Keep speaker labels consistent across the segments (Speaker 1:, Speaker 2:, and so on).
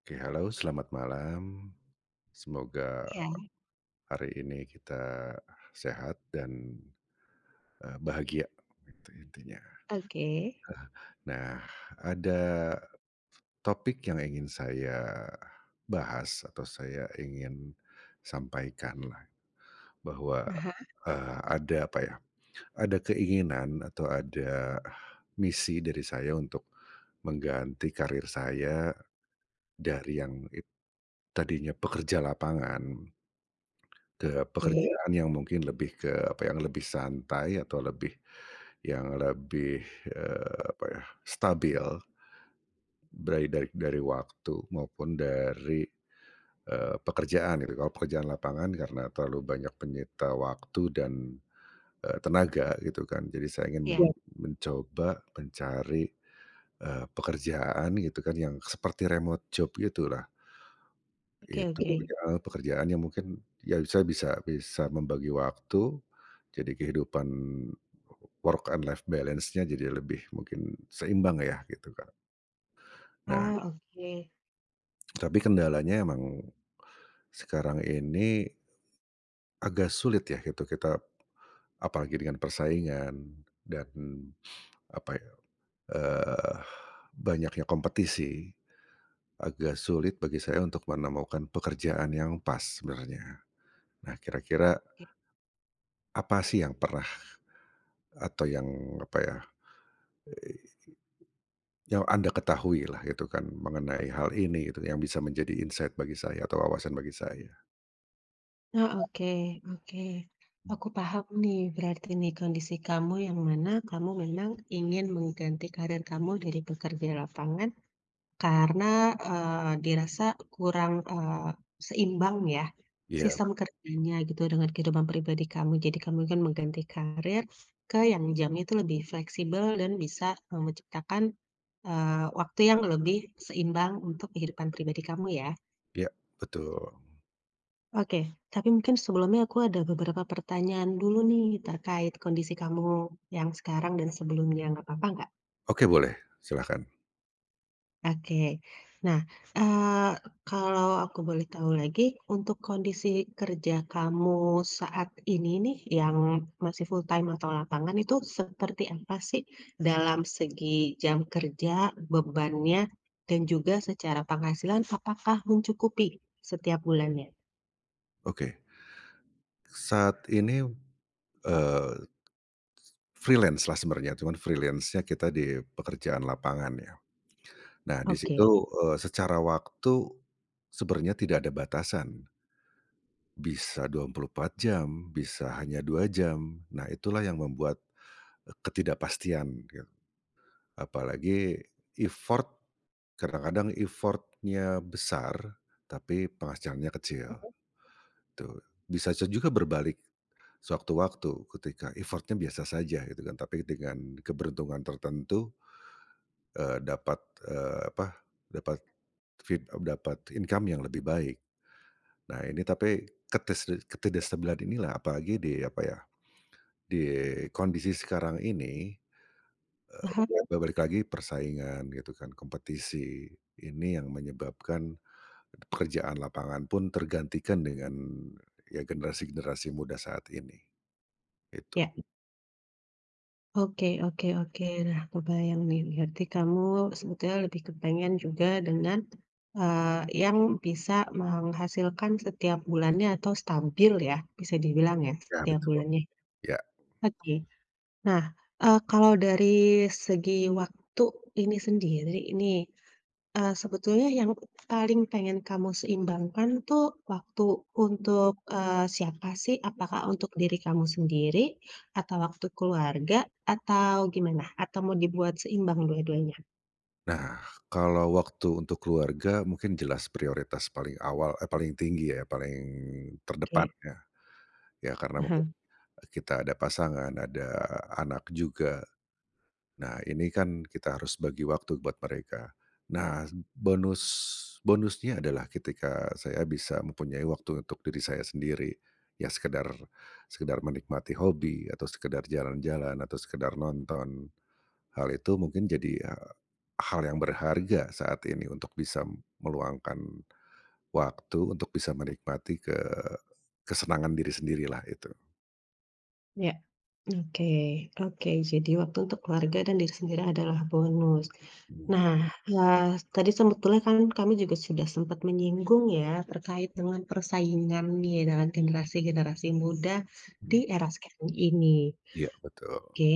Speaker 1: Oke, halo, selamat malam. Semoga
Speaker 2: Iya,
Speaker 1: hari ini kita sehat dan, bahagia, itu intinya.
Speaker 2: oke.
Speaker 1: Nah, ada topik yang ingin saya bahas atau saya ingin sampaikan lah, bahwa,
Speaker 2: Ah
Speaker 1: ada apa ya, ada keinginan atau ada misi dari saya untuk mengganti karir saya dari yang tadinya pekerja lapangan. Ke, iya,
Speaker 2: oke.
Speaker 1: pekerjaan yang mungkin lebih ke apa, yang lebih santai atau yang lebih, apa ya, stabil dari waktu maupun dari, pekerjaan gitu. Kalau pekerjaan lapangan karena terlalu banyak penyita waktu dan, tenaga gitu kan. Jadi saya ingin
Speaker 2: Iya,
Speaker 1: iya, mencoba mencari, pekerjaan gitu kan yang seperti remote job gitulah.
Speaker 2: oke
Speaker 1: Itu,
Speaker 2: oke.
Speaker 1: oke, ya, pekerjaan yang mungkin ya saya bisa bisa membagi waktu, jadi kehidupan work and life balance-nya jadi lebih mungkin seimbang ya gitu, kan. Nah,
Speaker 2: Oke.
Speaker 1: tapi kendalanya emang sekarang ini agak sulit ya gitu kita apalagi dengan persaingan dan apa ya, eee, banyaknya kompetisi, agak sulit bagi saya untuk menemukan pekerjaan yang pas sebenarnya. Nah, kira-kira apa sih yang pernah atau yang apa ya, eh, yang Anda ketahui lah gitu kan mengenai hal ini gitu yang bisa menjadi insight bagi saya atau wawasan bagi saya.
Speaker 2: Oh, oke oke. Aku paham nih, berarti nih kondisi kamu yang mana kamu memang ingin mengganti karir kamu dari pekerja lapangan. Karena, dirasa kurang, seimbang ya,
Speaker 1: Iya,
Speaker 2: sistem kerjanya gitu dengan kehidupan pribadi kamu. Jadi kamu kan mengganti karir ke yang jamnya itu lebih fleksibel dan bisa, menciptakan, waktu yang lebih seimbang untuk kehidupan pribadi kamu ya.
Speaker 1: iya, betul.
Speaker 2: Oke, tapi mungkin sebelumnya aku ada beberapa pertanyaan dulu nih terkait kondisi kamu yang sekarang dan sebelumnya, nggak apa-apa nggak?
Speaker 1: Oke, boleh, silahkan.
Speaker 2: Oke. Nah, eee, kalau aku boleh tahu lagi, untuk kondisi kerja kamu saat ini nih, yang masih full time atau lapangan itu seperti apa sih dalam segi jam kerja, bebannya, dan juga secara penghasilan apakah mencukupi setiap bulannya?
Speaker 1: Oke. Saat ini, eee, freelance-lah sebenarnya cuman freelance-nya kita di pekerjaan lapangan ya. Nah di situ,
Speaker 2: Oke,
Speaker 1: secara waktu sebenarnya tidak ada batasan. Bisa 24 jam, bisa hanya 2 jam. Nah itulah yang membuat, ketidakpastian gitu. Apalagi effort kadang-kadang effortnya besar, tapi penghasilannya kecil, tuh. Bisa juga berbalik sewaktu-waktu ketika effortnya biasa saja gitu kan, tapi dengan keberuntungan tertentu, dapat, apa, dapat dapat income yang lebih baik. Nah ini tapi ketidakstabilan inilah apalagi di apa ya, di kondisi sekarang ini,
Speaker 2: ah
Speaker 1: Eee, balik lagi persaingan gitu kan, kompetisi ini yang menyebabkan pekerjaan lapangan pun tergantikan dengan ya generasi-generasi muda saat ini, itu.
Speaker 2: ya. Oke oke oke. Nah, kebayang nih, berarti kamu sebetulnya lebih kepengen juga dengan, yang bisa menghasilkan setiap bulannya atau stabil ya, bisa dibilang ya,
Speaker 1: Ya
Speaker 2: setiap
Speaker 1: betul,
Speaker 2: bulannya.
Speaker 1: ya.
Speaker 2: Oke. Nah, kalau dari segi waktu ini sendiri ini. Sebetulnya yang paling pengen kamu seimbangkan tuh waktu untuk, siapa sih? Apakah untuk diri kamu sendiri, atau waktu keluarga, atau gimana? Atau mau dibuat seimbang dua-duanya?
Speaker 1: Nah, kalau waktu untuk keluarga mungkin jelas prioritas paling awal, paling tinggi ya, paling terdepan
Speaker 2: Oke.
Speaker 1: ya, ya karena mungkin
Speaker 2: Mhm,
Speaker 1: kita ada pasangan, ada anak juga. Nah, ini kan kita harus bagi waktu buat mereka. Nah, bonusnya adalah ketika saya bisa mempunyai waktu untuk diri saya sendiri, ya sekedar sekedar menikmati hobi atau sekedar jalan-jalan atau sekedar nonton. Hal itu mungkin jadi hal yang berharga saat ini untuk bisa meluangkan waktu untuk bisa menikmati kesenangan diri sendirilah itu.
Speaker 2: ya. Oke oke, jadi waktu untuk keluarga dan diri sendiri adalah bonus.
Speaker 1: Hmm,
Speaker 2: Nah, mhm, tadi sebetulnya kan kami juga sudah sempat menyinggung ya, terkait dengan persaingan nih dengan generasi-generasi muda
Speaker 1: hmm.
Speaker 2: di era sekarang ini.
Speaker 1: Iya, betul.
Speaker 2: Oke,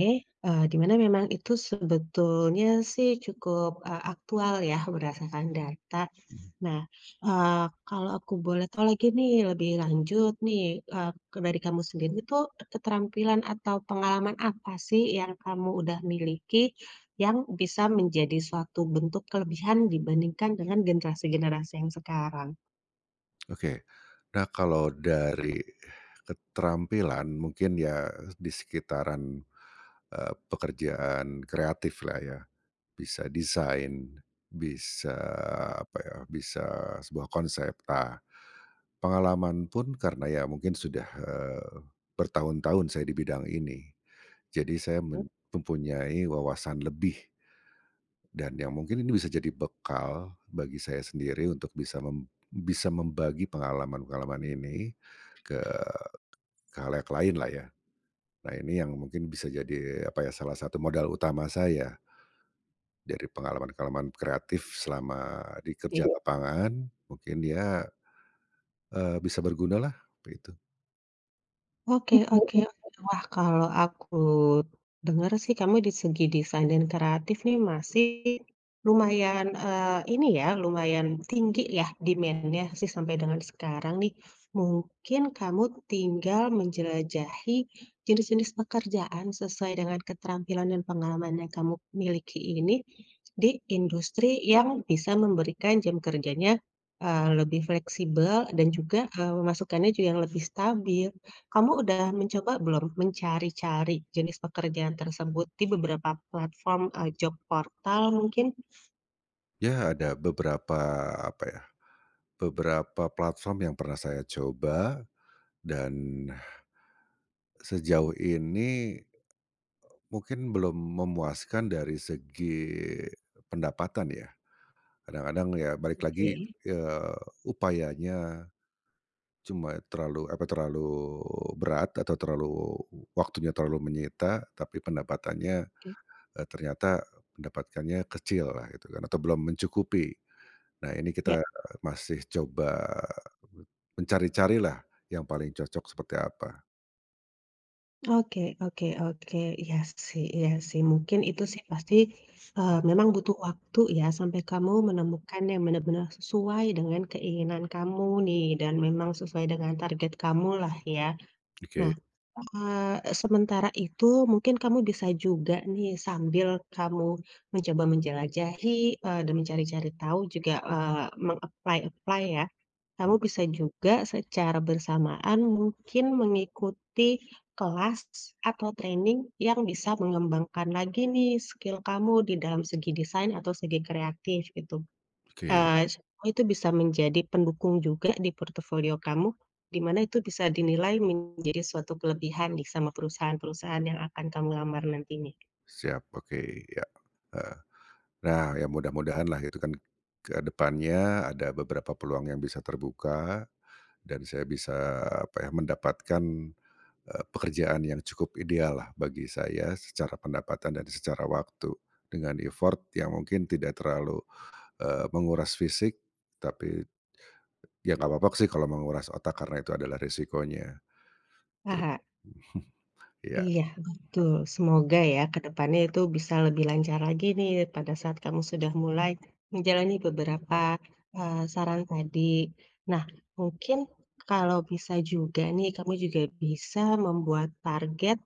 Speaker 2: di mana memang itu sebetulnya sih cukup, aktual ya berdasarkan data. Nah, kalau aku boleh tahu lagi nih lebih lanjut nih, ke dari kamu sendiri itu keterampilan atau pengalaman apa sih yang kamu udah miliki yang bisa menjadi suatu bentuk kelebihan dibandingkan dengan generasi-generasi yang sekarang?
Speaker 1: Oke. Nah, kalau dari keterampilan mungkin ya di sekitaran, pekerjaan kreatif lah ya, bisa desain, bisa apa ya, bisa sebuah konsep. Nah, pengalaman pun karena ya mungkin sudah, bertahun-tahun saya di bidang ini, jadi saya mempunyai wawasan lebih dan yang mungkin ini bisa jadi bekal bagi saya sendiri untuk bisa bisa membagi pengalaman-pengalaman ini ke, halayak lain lah ya. Nah ini yang mungkin bisa jadi, apa ya, salah satu modal utama saya dari pengalaman-pengalaman kreatif selama di kerja, iya, lapangan, mungkin ya, bisa bergunalah begitu.
Speaker 2: Oke
Speaker 1: Oke,
Speaker 2: oke
Speaker 1: mmm.
Speaker 2: oke. Wah, kalau aku dengar sih kamu di segi desain dan kreatif nih masih lumayan, ini ya, lumayan tinggi ya demand-nya sih sampai dengan sekarang nih. Mungkin kamu tinggal menjelajahi jenis-jenis pekerjaan sesuai dengan keterampilan dan pengalaman yang kamu miliki ini di industri yang bisa memberikan jam kerjanya, lebih fleksibel dan juga, pemasukannya juga yang lebih stabil. Kamu udah mencoba belum mencari-cari jenis pekerjaan tersebut di beberapa platform, job portal mungkin?
Speaker 1: Ya ada beberapa, apa ya, beberapa platform yang pernah saya coba dan sejauh ini mungkin belum memuaskan dari segi pendapatan ya. Kadang-kadang ya balik lagi,
Speaker 2: Oke,
Speaker 1: eee, upayanya cuma terlalu apa, terlalu berat atau terlalu waktunya terlalu menyita, tapi pendapatannya,
Speaker 2: oke.
Speaker 1: ternyata mendapatkannya kecil lah gitu kan, atau belum mencukupi. Nah ini kita
Speaker 2: Ya,
Speaker 1: masih coba mencari cari lah yang paling cocok seperti apa.
Speaker 2: oke oke oke, ya sih ya sih, mungkin itu sih pasti, memang butuh waktu ya sampai kamu menemukan yang benar-benar sesuai dengan keinginan kamu nih dan memang sesuai dengan target kamu lah ya. Nah,
Speaker 1: Oke,
Speaker 2: Sementara itu mungkin kamu bisa juga nih sambil kamu mencoba menjelajahi, dan mencari-cari tahu juga, meng-apply-apply ya, kamu
Speaker 1: mmm,
Speaker 2: bisa juga secara bersamaan mungkin mengikuti kelas atau training yang bisa mengembangkan lagi nih skill kamu di dalam segi desain atau segi kreatif gitu.
Speaker 1: oke,
Speaker 2: Semua itu bisa menjadi pendukung juga di portofolio kamu, di mana itu bisa dinilai menjadi suatu kelebihan nih sama perusahaan-perusahaan yang akan kamu lamar nantinya.
Speaker 1: siap, oke, ya, heeh. Nah ya mudah mudahan lah itu kan ke depannya ada beberapa peluang yang bisa terbuka dan saya bisa apa ya, mendapatkan, pekerjaan yang cukup ideal lah bagi saya secara pendapatan dan secara waktu, dengan effort yang mungkin tidak terlalu, menguras fisik, tapi ya nggak apa-apa sih kalau menguras otak karena itu adalah risikonya. Tuh.
Speaker 2: Paha
Speaker 1: Iya,
Speaker 2: iya, betul. Semoga ya ke depannya itu bisa lebih lancar lagi nih pada saat kamu sudah mulai menjalani beberapa, saran tadi. Nah, mungkin kalau bisa juga nih, kamu juga bisa membuat target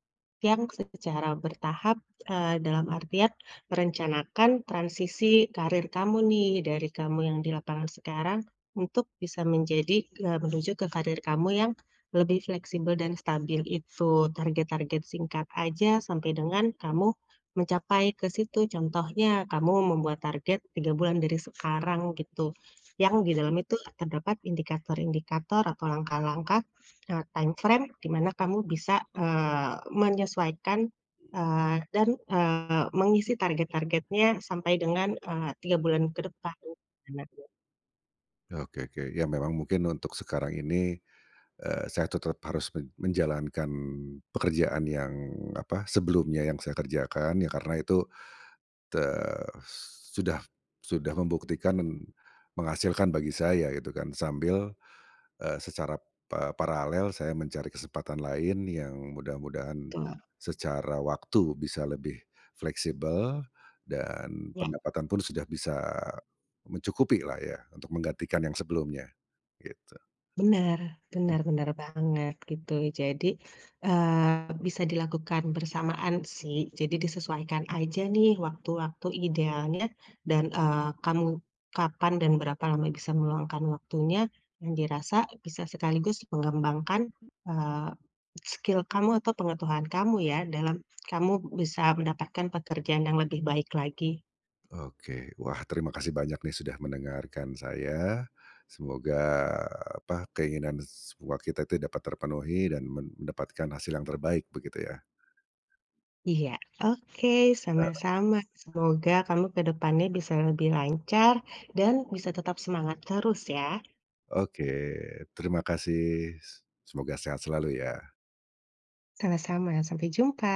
Speaker 2: yang secara bertahap, dalam artian merencanakan transisi karir kamu nih, dari kamu yang di lapangan sekarang untuk bisa menjadi, menuju ke karir kamu yang lebih fleksibel dan stabil itu, target-target singkat aja sampai dengan kamu mencapai ke situ. Contohnya kamu membuat target 3 bulan dari sekarang gitu, yang di dalam itu terdapat indikator-indikator atau langkah-langkah, time frame di mana kamu bisa, menyesuaikan, dan, mengisi target-targetnya sampai dengan, 3 bulan ke depan. Gimana
Speaker 1: oke, oke. Ya memang mungkin untuk sekarang ini, saya tetap harus menjalankan pekerjaan yang, apa, sebelumnya yang saya kerjakan, ya karena itu te sudah sudah membuktikan dan menghasilkan bagi saya gitu kan, sambil, secara paralel saya mencari kesempatan lain yang mudah-mudahan
Speaker 2: tuh?
Speaker 1: secara waktu bisa lebih fleksibel dan pendapatan pun sudah bisa mencukupi lah ya untuk menggantikan yang sebelumnya, gitu.
Speaker 2: Benar benar benar banget gitu. Jadi, bisa dilakukan bersamaan sih, jadi disesuaikan aja nih waktu-waktu idealnya dan, kamu kapan dan berapa lama bisa meluangkan waktunya, yang dirasa bisa sekaligus mengembangkan, eee, skill kamu atau pengetahuan kamu ya, dalam kamu bisa mendapatkan pekerjaan yang lebih baik lagi.
Speaker 1: Oke. Wah, terima kasih banyak nih sudah mendengarkan saya. Semoga apa, keinginan semua kita itu dapat terpenuhi dan mendapatkan hasil yang terbaik begitu ya.
Speaker 2: Iya, oke, sama-sama. Semoga kamu ke depannya bisa lebih lancar dan bisa tetap semangat terus ya.
Speaker 1: Oke, terima kasih. Semoga sehat selalu ya.
Speaker 2: Sama-sama, sampai jumpa.